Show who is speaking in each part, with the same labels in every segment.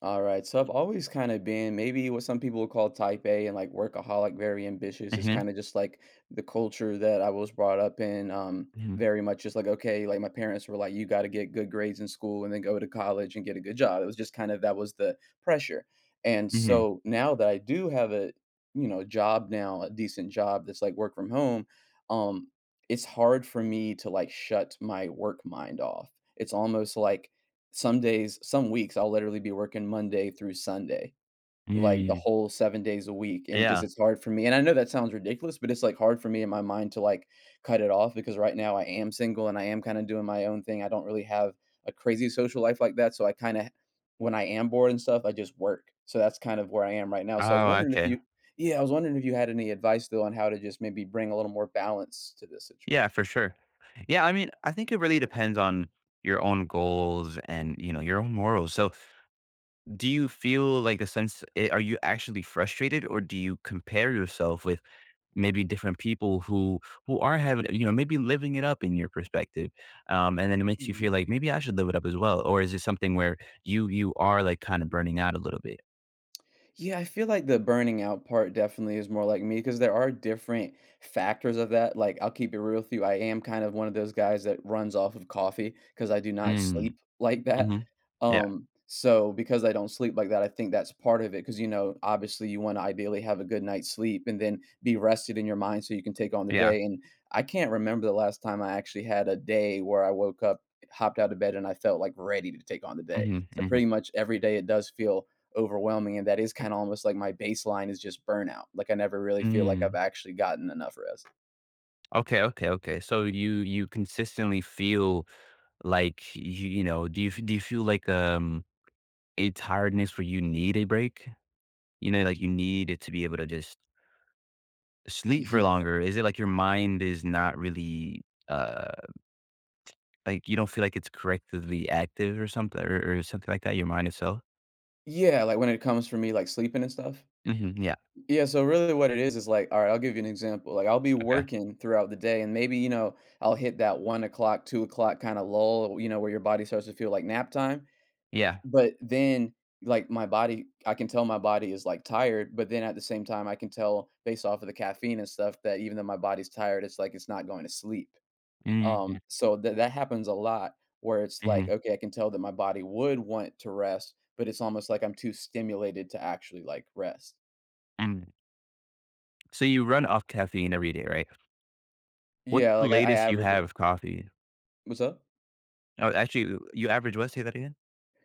Speaker 1: All right. So I've always kind of been maybe what some people would call type A and like workaholic, very ambitious. It's
Speaker 2: Mhm,
Speaker 1: kind of just like the culture that I was brought up in.
Speaker 2: mhm,
Speaker 1: Very much just like, okay, like my parents were like, you got to get good grades in school and then go to college and get a good job. It was just kind of that was the pressure. And
Speaker 2: mhm,
Speaker 1: so now that I do have a, you know, job now, a decent job that's like work from home, um, it's hard for me to like shut my work mind off. It's almost like some days, some weeks, I'll literally be working Monday through Sunday, like the
Speaker 2: mm,
Speaker 1: whole 7 days a week, and just
Speaker 2: yeah.
Speaker 1: it's hard for me, and I know that sounds ridiculous, but it's, like, hard for me in my mind to, like, cut it off because right now I am single and I am kinda doing my own thing. I don't really have a crazy social life like that, so I kinda when I am bored and stuff, I just work. So that's kind of where I am right now. So I was
Speaker 2: Oh,
Speaker 1: wondering if
Speaker 2: okay.
Speaker 1: you Yeah, I was wondering if you had any advice, though, on how to just maybe bring a little more balance to this
Speaker 2: Yeah,
Speaker 1: situation.
Speaker 2: for sure. Yeah, I mean, I think it really depends on your own goals and, you know, your own morals. So, do you feel like a sense are you actually frustrated, or do you compare yourself with maybe different people who are having, you know, maybe living it up in your perspective? And then it makes you feel like maybe I should live it up as well, or is it something where you are like kind of burning out a little bit?
Speaker 1: Yeah, I feel like the burning out part definitely is more like me because there are different factors of that. Like, I'll keep it real with you. I am kind of one of those guys that runs off of coffee because I do not
Speaker 2: Mm,
Speaker 1: sleep like that.
Speaker 2: mhm. Yeah,
Speaker 1: So because I don't sleep like that, I think that's part of it. Because you know, obviously, you want to ideally have a good night's sleep and then be rested in your mind so you can take on the
Speaker 2: yeah.
Speaker 1: day. And I can't remember the last time I actually had a day where I woke up, hopped out of bed, and I felt like ready to take on the day.
Speaker 2: Mhm,
Speaker 1: So
Speaker 2: mhm.
Speaker 1: pretty much every day, it does feel overwhelming and that is kind of almost like my baseline is just burnout. Like I never really feel like I've
Speaker 2: Mm.
Speaker 1: actually gotten enough rest.
Speaker 2: Okay, okay, okay. So you consistently feel like you know, do you feel like a tiredness where you need a break? You know, like you need it to be able to just sleep for
Speaker 1: Yeah.
Speaker 2: longer. Is it like your mind is not really uh like you don't feel like it's correctly active or something, or something like that? Your mind itself?
Speaker 1: Yeah, like when it comes for me like sleeping and stuff.
Speaker 2: Hmm. Yeah.
Speaker 1: Yeah, so really what it is like, all right, I'll give you an example. Like I'll be
Speaker 2: Okay.
Speaker 1: working throughout the day and maybe, you know, I'll hit that 1 o'clock, 2 o'clock kind of lull, you know, where your body starts to feel like nap time.
Speaker 2: Yeah.
Speaker 1: But then like my body, I can tell my body is like tired, but then at the same time I can tell based off of the caffeine and stuff that even though my body's tired, it's like it's not going to sleep.
Speaker 2: Hmm. Hmm.
Speaker 1: So that happens a lot where it's like, okay, I can tell that my body would want to rest, but it's almost like I'm too stimulated to actually like rest.
Speaker 2: Hmm. So you run off caffeine every day, right? What's
Speaker 1: Yeah,
Speaker 2: the
Speaker 1: like I
Speaker 2: latest you
Speaker 1: average.
Speaker 2: have of coffee?
Speaker 1: What's up?
Speaker 2: Oh, actually, you average what? Say that again.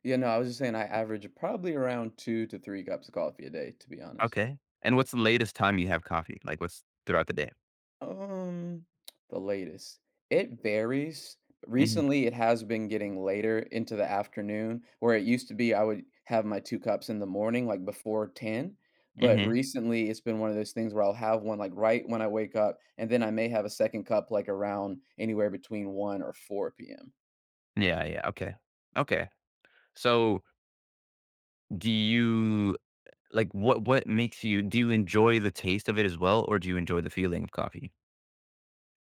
Speaker 1: Yeah, no, I was just saying I average probably around 2 to 3 cups of coffee a day, to be honest.
Speaker 2: Okay. And what's the latest time you have coffee? Like, what's throughout the day?
Speaker 1: Um, the latest. It varies.
Speaker 2: Mhm,
Speaker 1: Recently, it has been getting later into the afternoon, where it used to be I would have my two cups in the morning, like before 10. But
Speaker 2: mhm.
Speaker 1: recently, it's been one of those things where I'll have one like right when I wake up, and then I may have a second cup like around anywhere between 1 or 4 p.m.
Speaker 2: Yeah, yeah, okay. Okay. So, do you what makes you do you enjoy the taste of it as well, or do you enjoy the feeling of coffee?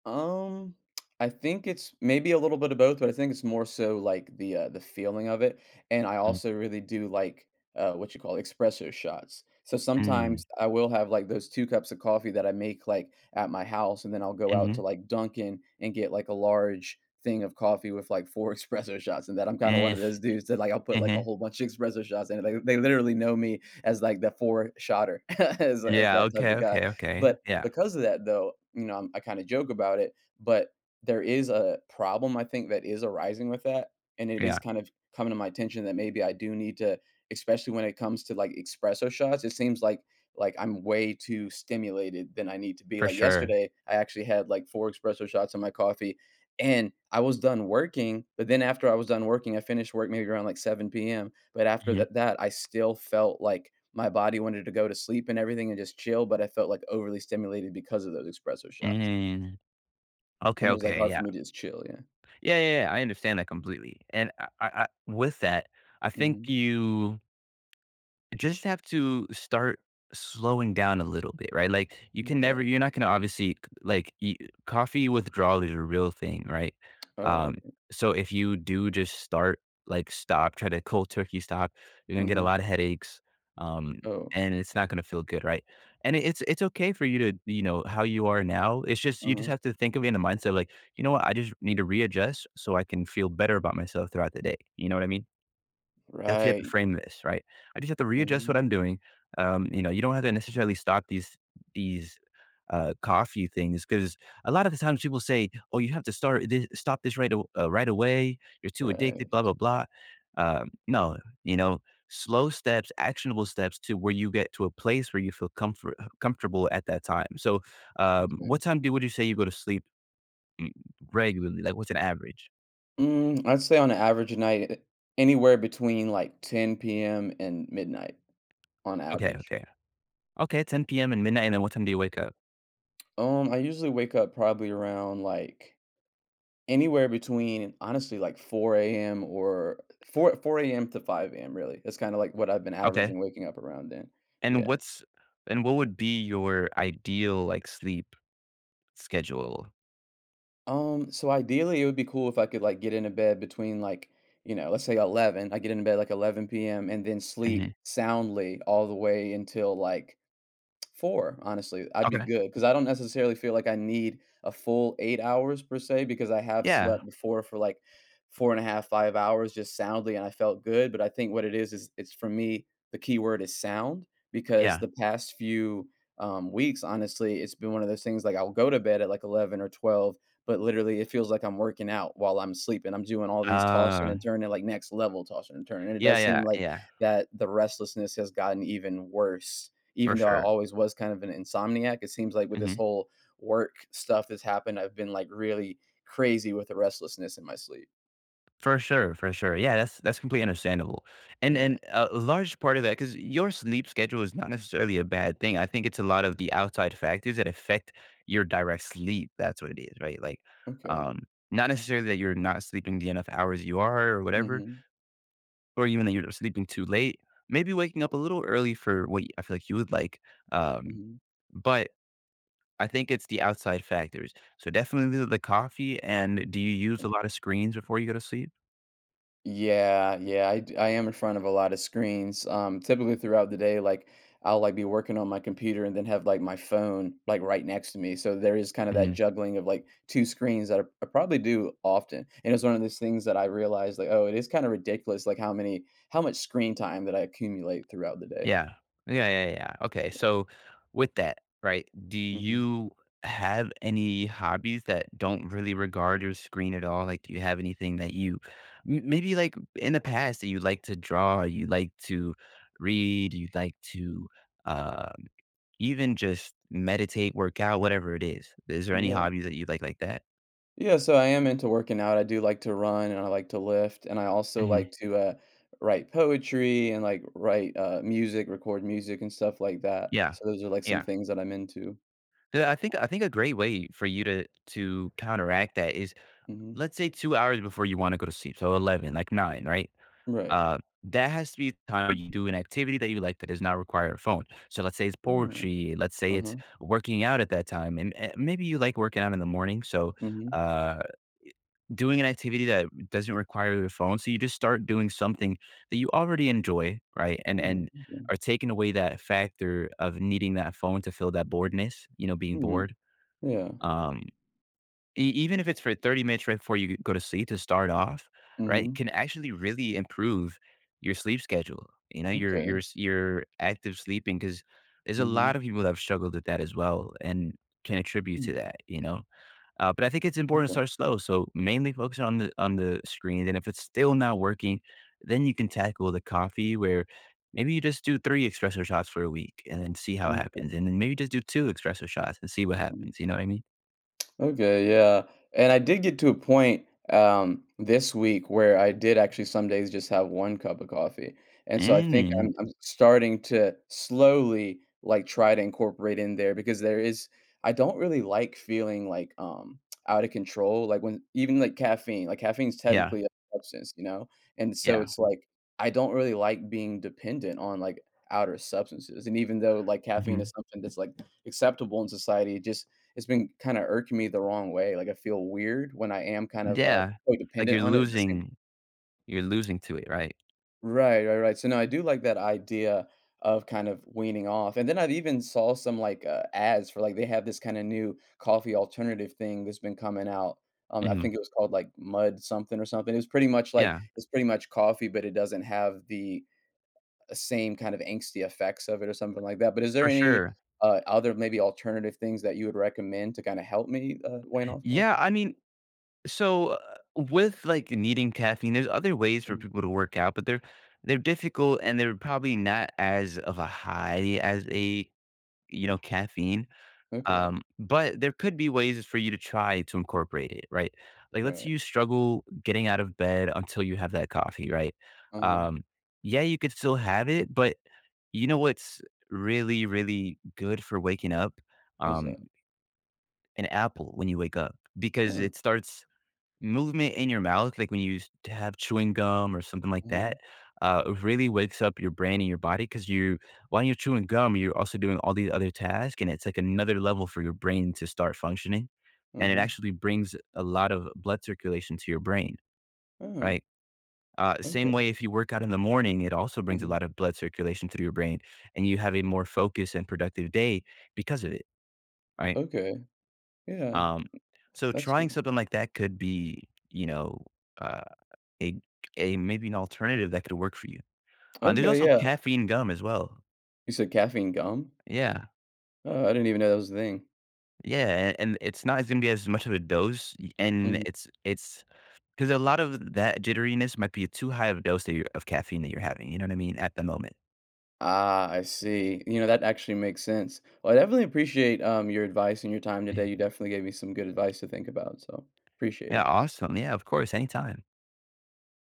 Speaker 1: Um, I think it's maybe a little bit of both, but I think it's more so like the feeling of it, and I
Speaker 2: Mm,
Speaker 1: also really do like what you call espresso shots. So
Speaker 2: mm,
Speaker 1: sometimes I will have like those two cups of coffee that I make like at my house, and then I'll go out
Speaker 2: mhm,
Speaker 1: to like Dunkin' and get like a large thing of coffee with like four espresso shots. And that I'm kind of one
Speaker 2: mm,
Speaker 1: of those dudes that like I'll put like a
Speaker 2: mhm.
Speaker 1: whole bunch of espresso shots in it. Like, they literally know me as like the four shotter, as
Speaker 2: Yeah,
Speaker 1: that type
Speaker 2: okay,
Speaker 1: of guy.
Speaker 2: okay, okay.
Speaker 1: But
Speaker 2: Yeah,
Speaker 1: because of that, though, you know, I kinda joke about it, but there is a problem I think that is arising with that, and it
Speaker 2: yeah,
Speaker 1: is kind of coming to my attention that maybe I do need to especially when it comes to, like, espresso shots, it seems like I'm way too stimulated than I need to be.
Speaker 2: for
Speaker 1: Like,
Speaker 2: sure.
Speaker 1: yesterday, I actually had, like, 4 espresso shots in my coffee, and I was done working, but then after I was done working, I finished work maybe around, like, 7 p.m., but after
Speaker 2: Mhm,
Speaker 1: that, I still felt, like, my body wanted to go to sleep and everything and just chill, but I felt, like, overly stimulated because of those espresso shots,
Speaker 2: mm. Okay,
Speaker 1: and it was, like,
Speaker 2: okay,
Speaker 1: hard for
Speaker 2: yeah.
Speaker 1: me to just chill, yeah.
Speaker 2: Yeah, yeah, yeah, I understand that completely, and I with that, I think
Speaker 1: Mhm,
Speaker 2: you just have to start slowing down a little bit, right? Like you can never
Speaker 1: okay.
Speaker 2: you're not gonna obviously like, y coffee withdrawal is a real thing, right?
Speaker 1: Oh,
Speaker 2: Um,
Speaker 1: okay.
Speaker 2: so if you do just start, like, stop, try to cold turkey stop, you're gonna get a
Speaker 1: Mhm.
Speaker 2: lot of headaches, um,
Speaker 1: Oh.
Speaker 2: and it's not gonna feel good, right? And it's it's okay for you to, you know, how you are now, it's just you just
Speaker 1: Uh-huh.
Speaker 2: have to think of it in the mindset of like, "You know what? I just need to readjust so I can feel better about myself throughout the day." You know what I mean? That's how you have to
Speaker 1: Right.
Speaker 2: frame this, right? I just have to readjust what
Speaker 1: Mhm.
Speaker 2: I'm doing. You know, you don't have to necessarily stop these coffee things, because a lot of the times people say, "Oh, you have to start this, stop this right away. You're too
Speaker 1: Right,
Speaker 2: addicted." Blah blah blah. No, you know, slow steps, actionable steps to where you get to a place where you feel comfortable at that time. So,
Speaker 1: okay.
Speaker 2: what time do would you say you go to sleep, mm, regularly? Like, what's an average?
Speaker 1: Mm, I'd say on an average night, anywhere between, like, 10 p.m. and midnight on
Speaker 2: Okay,
Speaker 1: average.
Speaker 2: okay, okay. 10 p.m. and midnight, and then what time do you wake up?
Speaker 1: I usually wake up probably around, like anywhere between, honestly, like 4 a.m. or 4 AM to 5 a.m., really. That's kinda like what I've been
Speaker 2: Okay.
Speaker 1: averaging waking up around then.
Speaker 2: And
Speaker 1: Yeah.
Speaker 2: what's and what would be your ideal, like, sleep schedule?
Speaker 1: So ideally, it would be cool if I could, like, get into bed between, like, you know, let's say 11. I get into bed, like, 11 p.m. and then sleep
Speaker 2: Mhm.
Speaker 1: soundly all the way until, like, 4, honestly, I'd be
Speaker 2: Okay.
Speaker 1: good, because I do not necessarily feel like I need a full 8 hours per se, because I have
Speaker 2: Yeah.
Speaker 1: slept before for, like, 4 and a half, 5 hours just soundly, and I felt good, but I think what it is it's for me, the key word is sound, because
Speaker 2: Yeah.
Speaker 1: the past few, weeks, honestly, it's been one of those things, like, I'll go to bed at, like, 11 or 12, but literally it feels like I'm working out while I'm sleeping, I'm doing all these tossing
Speaker 2: Uh,
Speaker 1: and turning, like, next level tossing and turning, and it
Speaker 2: yeah,
Speaker 1: does
Speaker 2: yeah,
Speaker 1: seem like
Speaker 2: yeah.
Speaker 1: that the restlessness has gotten even worse
Speaker 2: For
Speaker 1: even though I
Speaker 2: sure.
Speaker 1: always was kind of an insomniac, it seems like with this
Speaker 2: Mhm.
Speaker 1: whole work stuff that's happened, I've been like really crazy with the restlessness in my sleep.
Speaker 2: For sure, for sure. Yeah, that's completely understandable.
Speaker 1: Yeah.
Speaker 2: And a large part of that, because your sleep schedule is not necessarily a bad thing. I think it's a lot of the outside factors that affect your direct sleep. That's what it is, right? Like,
Speaker 1: Okay.
Speaker 2: um, not necessarily that you're not sleeping the enough hours, you are or whatever,
Speaker 1: Mhm.
Speaker 2: or even that you're sleeping too late, maybe waking up a little early for what I feel like you would like. Um,
Speaker 1: Mhm.
Speaker 2: but I think it's the outside factors. So definitely the coffee. And do you use a lot of screens before you go to sleep?
Speaker 1: Yeah, yeah, I am in front of a lot of screens. Typically throughout the day, like I'll like be working on my computer and then have like my phone like right next to me. So there is kind of that juggling of like two screens that I probably do often. And it's one of those things that I realized like, oh, it is kind of ridiculous like how much screen time that I accumulate throughout the day.
Speaker 2: Yeah. Yeah, yeah, yeah. Okay, so with that, right, do
Speaker 1: Mhm.
Speaker 2: you have any hobbies that don't really regard your screen at all? Like, do you have anything that you maybe like in the past, that you like to draw, you like to read, you like to uh, even just meditate, work out, whatever it is? Is there any
Speaker 1: Yeah.
Speaker 2: hobbies that you like that?
Speaker 1: Yeah, so I am into working out. I do like to run and I like to lift, and I also
Speaker 2: Hmm.
Speaker 1: like to, write poetry and, like, write, music, record music and stuff like that.
Speaker 2: Yeah,
Speaker 1: So those are, like, some
Speaker 2: yeah.
Speaker 1: things that I'm into.
Speaker 2: Yeah, I think a great way for you to counteract that is,
Speaker 1: Mhm.
Speaker 2: let's say 2 hours before you wanna go to sleep, so 11, like 9, right?
Speaker 1: Right.
Speaker 2: That has to be the time where you do an activity that you like that does not require a phone. So let's say it's
Speaker 1: Mm.
Speaker 2: poetry, let's say it's
Speaker 1: Uh-huh.
Speaker 2: working out at that time, and, maybe you like working out in the morning, so,
Speaker 1: Mhm.
Speaker 2: uh, doing an activity that doesn't require your phone, so you just start doing something that you already enjoy, right?
Speaker 1: Mm,
Speaker 2: And
Speaker 1: okay.
Speaker 2: are taking away that factor of needing that phone to fill that boredness, you know, being
Speaker 1: Hmm.
Speaker 2: bored.
Speaker 1: Yeah.
Speaker 2: Um, E even if it's for 30 minutes right before you go to sleep to start off, right,
Speaker 1: Mhm.
Speaker 2: can actually really improve your sleep schedule, you know, your
Speaker 1: Okay.
Speaker 2: s your active sleeping, because there's a
Speaker 1: Mhm.
Speaker 2: lot of people that have struggled with that as well and can attribute to
Speaker 1: Mm,
Speaker 2: that, you know? But I think it's important to
Speaker 1: okay.
Speaker 2: start slow, so mainly focus on the screen, and if it's still not working, then you can tackle the coffee where maybe you just do 3 espresso shots for a week and then see how it happens,
Speaker 1: Okay.
Speaker 2: and then maybe just do 2 espresso shots and see what
Speaker 1: Mm.
Speaker 2: happens, you know what I mean?
Speaker 1: Okay, yeah. And I did get to a point this week where I did actually some days just have one cup of coffee. And so I
Speaker 2: And
Speaker 1: think
Speaker 2: then
Speaker 1: I'm starting to slowly like try to incorporate in there because there is I don't really like feeling like out of control like when even like caffeine, like caffeine's
Speaker 2: yeah.
Speaker 1: technically a substance, you know? And so
Speaker 2: Yeah.
Speaker 1: it's like I don't really like being dependent on like outer substances. And even though like caffeine
Speaker 2: Mhm.
Speaker 1: is something that's like acceptable in society, it just it's been kinda irking me the wrong way, like, I feel weird when I am kind of,
Speaker 2: Yeah. Like,
Speaker 1: codependent on it at the same
Speaker 2: you're losing to it, right?
Speaker 1: Right, so, no, I do like that idea of kind of weaning off, and then I've even saw some, like, ads for, like they have this kinda new coffee alternative thing that's been coming out, I
Speaker 2: Mhm.
Speaker 1: think it was called, like, Mud something or something, it was pretty much like
Speaker 2: Yeah,
Speaker 1: it's pretty much coffee, but it doesn't have the same kind of angsty effects of it or something like that, but is there
Speaker 2: for
Speaker 1: any,
Speaker 2: sure.
Speaker 1: other maybe alternative things that you would recommend to kinda help me, wane off
Speaker 2: Yeah,
Speaker 1: coffee?
Speaker 2: I mean, so, with, like, needing caffeine, there's other ways for
Speaker 1: Mhm.
Speaker 2: people to work out, but they're difficult, and they're probably not as of a high as a, you know, caffeine,
Speaker 1: Okay,
Speaker 2: but there could be ways for you to try to incorporate it, right? Like, let's say
Speaker 1: right.
Speaker 2: you struggle getting out of bed until you have that coffee, right?
Speaker 1: Uh-huh.
Speaker 2: Um, yeah, you could still have it, but you know what's really, really good for waking up?
Speaker 1: What's
Speaker 2: Um,
Speaker 1: that?
Speaker 2: an apple when you wake up, because
Speaker 1: Uh,
Speaker 2: it starts movement in your mouth, like when you to have chewing gum or something like
Speaker 1: uh-huh,
Speaker 2: that. It really wakes up your brain and your body because you, while you're chewing gum, you're also doing all these other tasks, and it's like another level for your brain to start functioning, and it
Speaker 1: uh-huh,
Speaker 2: actually brings a lot of blood circulation to your brain,
Speaker 1: uh,
Speaker 2: right? Same
Speaker 1: okay,
Speaker 2: way, if you work out in the morning, it also brings a
Speaker 1: uh-huh,
Speaker 2: lot of blood circulation through your brain, and you have a more focused and productive day because of it, right?
Speaker 1: okay, yeah,
Speaker 2: Um, so
Speaker 1: that's
Speaker 2: trying
Speaker 1: cool.
Speaker 2: something like that could be, you know, uh, a a maybe an alternative that could work for you. There's
Speaker 1: Okay,
Speaker 2: also
Speaker 1: yeah.
Speaker 2: caffeine gum as well.
Speaker 1: You said caffeine gum?
Speaker 2: Yeah,
Speaker 1: Oh, I didn't even know that was a thing.
Speaker 2: yeah, and it's not going to be as much of a dose, and
Speaker 1: Mhm.
Speaker 2: it's because a lot of that jitteriness might be too high of a dose that of caffeine that you're having. You know what I mean at the moment.
Speaker 1: Ah, I see. You know, that actually makes sense. Well, I definitely appreciate your advice and your time today. You definitely gave me some good advice to think about, so appreciate
Speaker 2: Yeah,
Speaker 1: it.
Speaker 2: awesome. Yeah, of course, anytime.